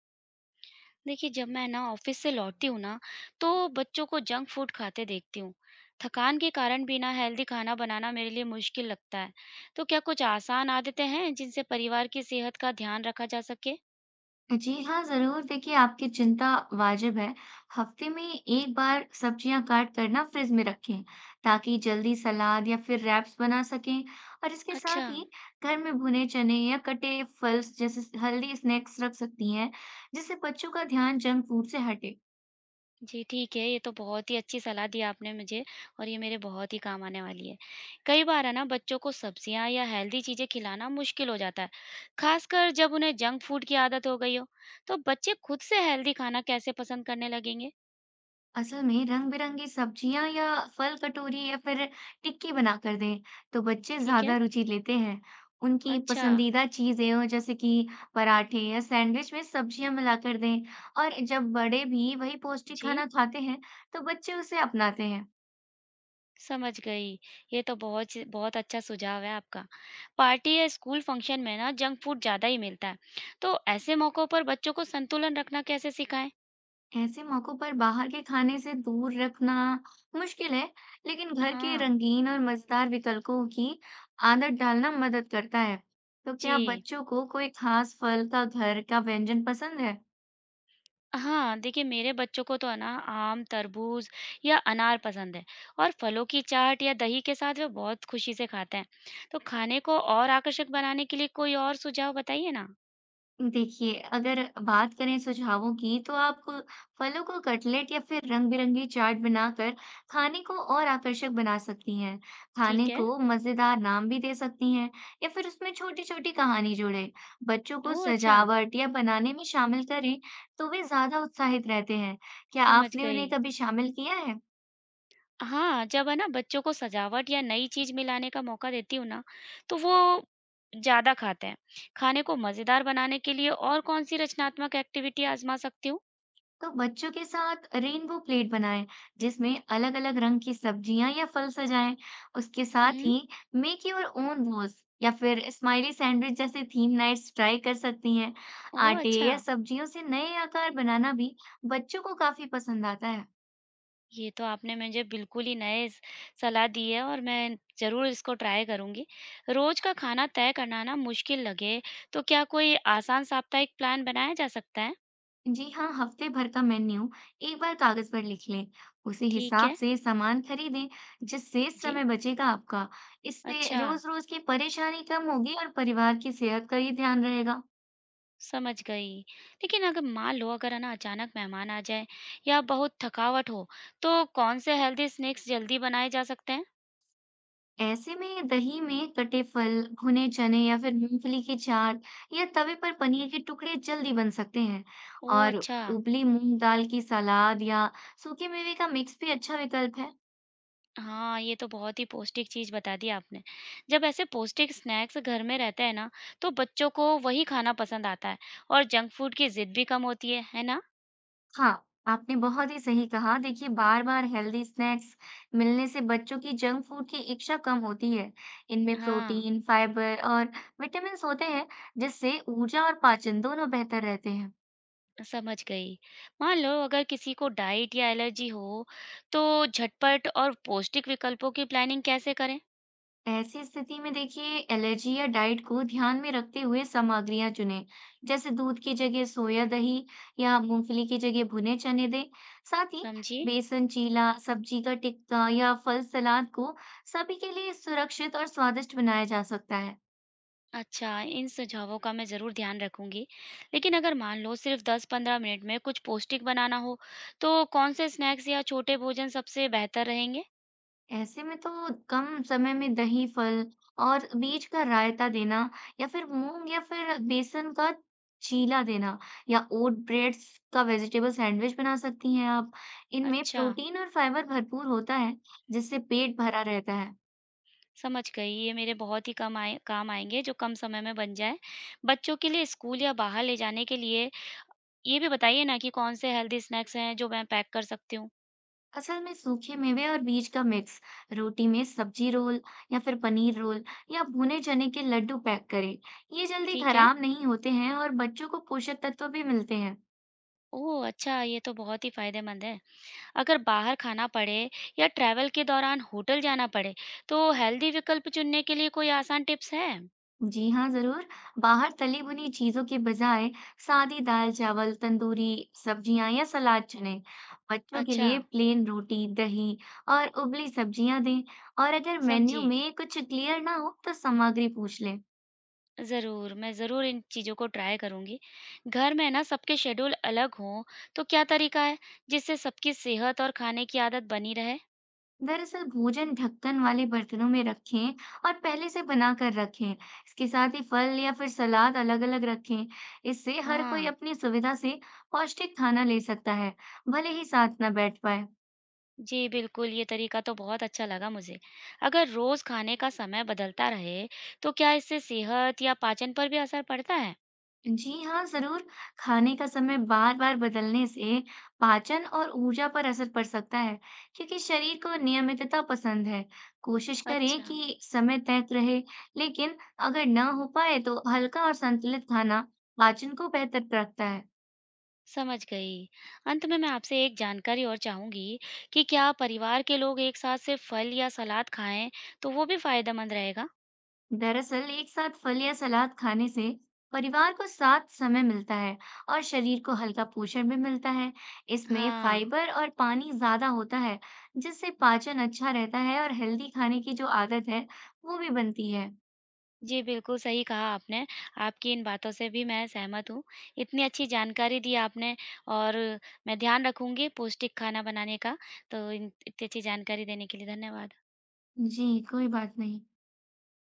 देखिए, जब मैं ना ऑफिस से लौटती हूँ ना तो बच्चों को जंक फूड खाते देखती हूँ। थकान के कारण भी ना हेल्दी खाना बनाना मेरे लिए मुश्किल लगता है। तो क्या कुछ आसान आदतें हैं जिनसे परिवार की सेहत का ध्यान रखा जा सके? जी हाँ, ज़रूर। देखिए, आपकी चिंता वाजिब है। हफ्ते में 1 बार सब्जियाँ काट कर ना फ्रिज में रखें, ताकि जल्दी सलाद या फिर रैप्स बना सकें। और इसके अच्छा। साथ ही घर में भुने चने या कटे फल्स जैसे स हेल्दी स्नैक्स रख सकती हैं, जिससे बच्चों का ध्यान जंक फूड से हटे। जी ठीक है, ये तो बहुत ही अच्छी सलाह दी आपने मुझे और ये मेरे बहुत ही काम आने वाली है। कई बार है ना बच्चों को सब्जियां या हेल्दी चीजें खिलाना मुश्किल हो जाता है, खासकर जब उन्हें जंक फूड की आदत हो गई हो। तो बच्चे खुद से हेल्दी खाना कैसे पसंद करने लगेंगे? असल में रंग बिरंगी सब्जियां या फल कटोरी या फिर टिक्की बनाकर दें तो बच्चे ठीक है। ज्यादा रुचि लेते हैं। उनकी अच्छा, पसंदीदा चीजें हो जैसे कि पराठे या सैंडविच में सब्जियां मिलाकर दें। और जब बड़े भी वही पौष्टिक जी, खाना खाते हैं तो बच्चे उसे अपनाते हैं। समझ गई। ये तो बहुत च बहुत अच्छा सुझाव है आपका। पार्टी या स्कूल फंक्शन में ना जंक फूड ज़्यादा ही मिलता है, तो ऐसे मौकों पर बच्चों को संतुलन रखना कैसे सिखाएँ? ऐसे मौकों पर बाहर के खाने से दूर रखना मुश्किल है, लेकिन घर के हाँ, रंगीन और मजेदार विकल्पों की आदत डालना मदद करता है। तो क्या जी। बच्चों को कोई खास फल का घर का व्यंजन पसंद है? हाँ, देखिए मेरे बच्चों को तो है ना आम, तरबूज या अनार पसंद है और फलों की चाट या दही के साथ वे बहुत खुशी से खाते हैं। तो खाने को और आकर्षक बनाने के लिए कोई और सुझाव बताइए ना? देखिए, अगर बात करें सुझावों की तो आप फलों को कटलेट या फिर रंग-बिरंगी चाट बनाकर खाने को और आकर्षक बना सकती हैं। ठीक खाने है। को मज़ेदार नाम भी दे सकती हैं या फिर उसमें छोटी-छोटी कहानी जोड़ें। बच्चों को ओह! अच्छा, सजावट या बनाने में शामिल करें तो वे ज़्यादा उत्साहित रहते हैं। क्या समझ आपने उन्हें गई। कभी शामिल किया है? हाँ, जब है ना बच्चों को सजावट या नई चीज़ मिलाने का मौका देती हूँ ना, तो वो ज़्यादा खाते हैं। खाने को मज़ेदार बनाने के लिए और कौन-सी रचनात्मक एक्टिविटी आज़मा सकती हूँ? तो बच्चों के साथ रेनबो प्लेट बनाएं जिसमें अलग अलग रंग की सब्जियां या फल सजाएं। उसके साथ हुँ। ही मेक योर ओन बोल्स या फिर स्माइली सैंडविच जैसे थीम नाइट्स ट्राई कर सकती हैं। ओह आटे अच्छा! या सब्जियों से नए आकार बनाना भी बच्चों को काफी पसंद आता है। ये तो आपने मुझे बिल्कुल ही नए स सलाह दी है और मैं ज़रूर इसको ट्राई करूँगी। रोज़ का खाना तय करना ना मुश्किल लगे, तो क्या कोई आसान साप्ताहिक प्लान बनाया जा सकता है? जी हाँ, हफ्ते भर का मेन्यू एक बार कागज पर लिख लें। उसी ठीक हिसाब है, से सामान खरीदें जिससे जी। समय बचेगा आपका। इससे अच्छा। रोज रोज की परेशानी कम होगी और परिवार की सेहत का ही ध्यान रहेगा। समझ गई। लेकिन अगर मान लो अगर है ना अचानक मेहमान आ जाए या बहुत थकावट हो, तो कौन से हेल्दी स्नैक्स जल्दी बनाए जा सकते हैं? ऐसे में दही में कटे फल, भुने चने या फिर मूंगफली की चाट या तवे पर पनीर के टुकड़े जल्दी बन सकते हैं। ओह और अच्छा। उबली मूंग दाल की सलाद या सूखे मेवे का मिक्स भी अच्छा विकल्प है। हाँ, ये तो बहुत ही पौष्टिक चीज़ बता दी आपने। जब ऐसे पौष्टिक स्नैक्स घर में रहते हैं ना, तो बच्चों को वही खाना पसंद आता है और जंक फूड की ज़िद भी कम होती है ना? हाँ, आपने बहुत ही सही कहा। देखिए बार बार हेल्दी स्नैक्स मिलने से बच्चों की जंक फूड की इच्छा कम होती है। इनमें हाँ, प्रोटीन, फाइबर और विटामिन्स होते हैं जिससे ऊर्जा और पाचन दोनों बेहतर रहते हैं। समझ गई। मान लो अगर किसी को डाइट या एलर्जी हो, तो झटपट और पौष्टिक विकल्पों की प्लानिंग कैसे करें? ऐसी स्थिति में देखिए एलर्जी या डाइट को ध्यान में रखते हुए सामग्रियां चुनें। जैसे दूध की जगह सोया दही या मूंगफली की जगह भुने चने दें। साथ ही समझी? बेसन चीला सब्जी का टिक्का या फल सलाद को सभी के लिए सुरक्षित और स्वादिष्ट बनाया जा सकता है। अच्छा, इन सुझावों का मैं ज़रूर ध्यान रखूँगी। लेकिन अगर मान लो सिर्फ़ 10-15 मिनट में कुछ पौष्टिक बनाना हो, तो कौन से स्नैक्स या छोटे भोजन सबसे बेहतर रहेंगे? ऐसे में तो कम समय में दही, फल और बीज का रायता देना या फिर मूंग या फिर बेसन का चीला देना या ओट ब्रेड्स का वेजिटेबल सैंडविच बना सकती हैं आप। इनमें अच्छा, प्रोटीन और फाइबर भरपूर होता है, जिससे पेट भरा रहता है। समझ गई। ये मेरे बहुत ही कम आए काम आएँगे जो कम समय में बन जाएँ। बच्चों के लिए स्कूल या बाहर ले जाने के लिए ये भी बताइए ना कि कौन से हेल्दी स्नैक्स हैं जो मैं पैक कर सकती हूँ? असल में सूखे मेवे और बीज का मिक्स, रोटी में सब्जी रोल या फिर पनीर रोल या भुने चने के लड्डू पैक करें। ये जल्दी ठीक है। खराब नहीं होते हैं और बच्चों को पोषक तत्व भी मिलते हैं। ओह! अच्छा, ये तो बहुत ही फ़ायदेमंद है। अगर बाहर खाना पड़े या ट्रैवल के दौरान होटल जाना पड़े, तो हेल्दी विकल्प चुनने के लिए कोई आसान टिप्स है? जी हाँ, ज़रूर। बाहर तली भुनी चीज़ों के बजाय सादी दाल-चावल, तंदूरी सब्जियाँ या सलाद चुनें। बच्चों के अच्छा, लिए प्लेन रोटी, दही और उबली सब्जियाँ दें और अगर मेन्यू समझी। में कुछ क्लियर ना हो, तो सामग्री पूछ लें। ज़रूर, मैं ज़रूर इन चीज़ों को ट्राई करूँगी। घर में ना सबके शेड्यूल अलग हों, तो क्या तरीका है जिससे सबकी सेहत और खाने की आदत बनी रहे? दरअसल भोजन ढक्कन वाले बर्तनों में रखें और पहले से बना कर रखें। इसके साथ ही फल या फिर सलाद अलग-अलग रखें। इससे हर कोई हाँ, अपनी सुविधा से पौष्टिक खाना ले सकता है, भले ही साथ ना बैठ पाए। जी बिल्कुल, ये तरीका तो बहुत अच्छा लगा मुझे। अगर रोज़ खाने का समय बदलता रहे, तो क्या इससे सेहत या पाचन पर भी असर पड़ता है? जी हाँ, ज़रूर। खाने का समय बार-बार बदलने से पाचन और ऊर्जा पर असर पड़ सकता है, क्योंकि शरीर को नियमितता पसंद है। कोशिश करें अच्छा। कि समय तय रहे, लेकिन अगर ना हो पाए तो हल्का और संतुलित खाना पाचन को बेहतर रखता है। समझ गई। अंत में मैं आपसे एक जानकारी और चाहूँगी कि क्या परिवार के लोग एक साथ सिर्फ़ फल या सलाद खाएँ, तो वो भी फ़ायदेमंद रहेगा? दरअसल एक साथ फल या सलाद खाने से परिवार को साथ समय मिलता है और शरीर को हल्का पोषण भी मिलता है। इसमें हाँ। फाइबर और पानी ज्यादा होता है, जिससे पाचन अच्छा रहता है और हेल्दी खाने की जो आदत है, वो भी बनती है। जी, बिल्कुल सही कहा आपने। आपकी इन बातों से भी मैं सहमत हूँ। इतनी अच्छी जानकारी दी आपने और मैं ध्यान रखूँगी पौष्टिक खाना बनाने का। तो इन इतनी अच्छी जानकारी देने के लिए धन्यवाद। जी, कोई बात नहीं।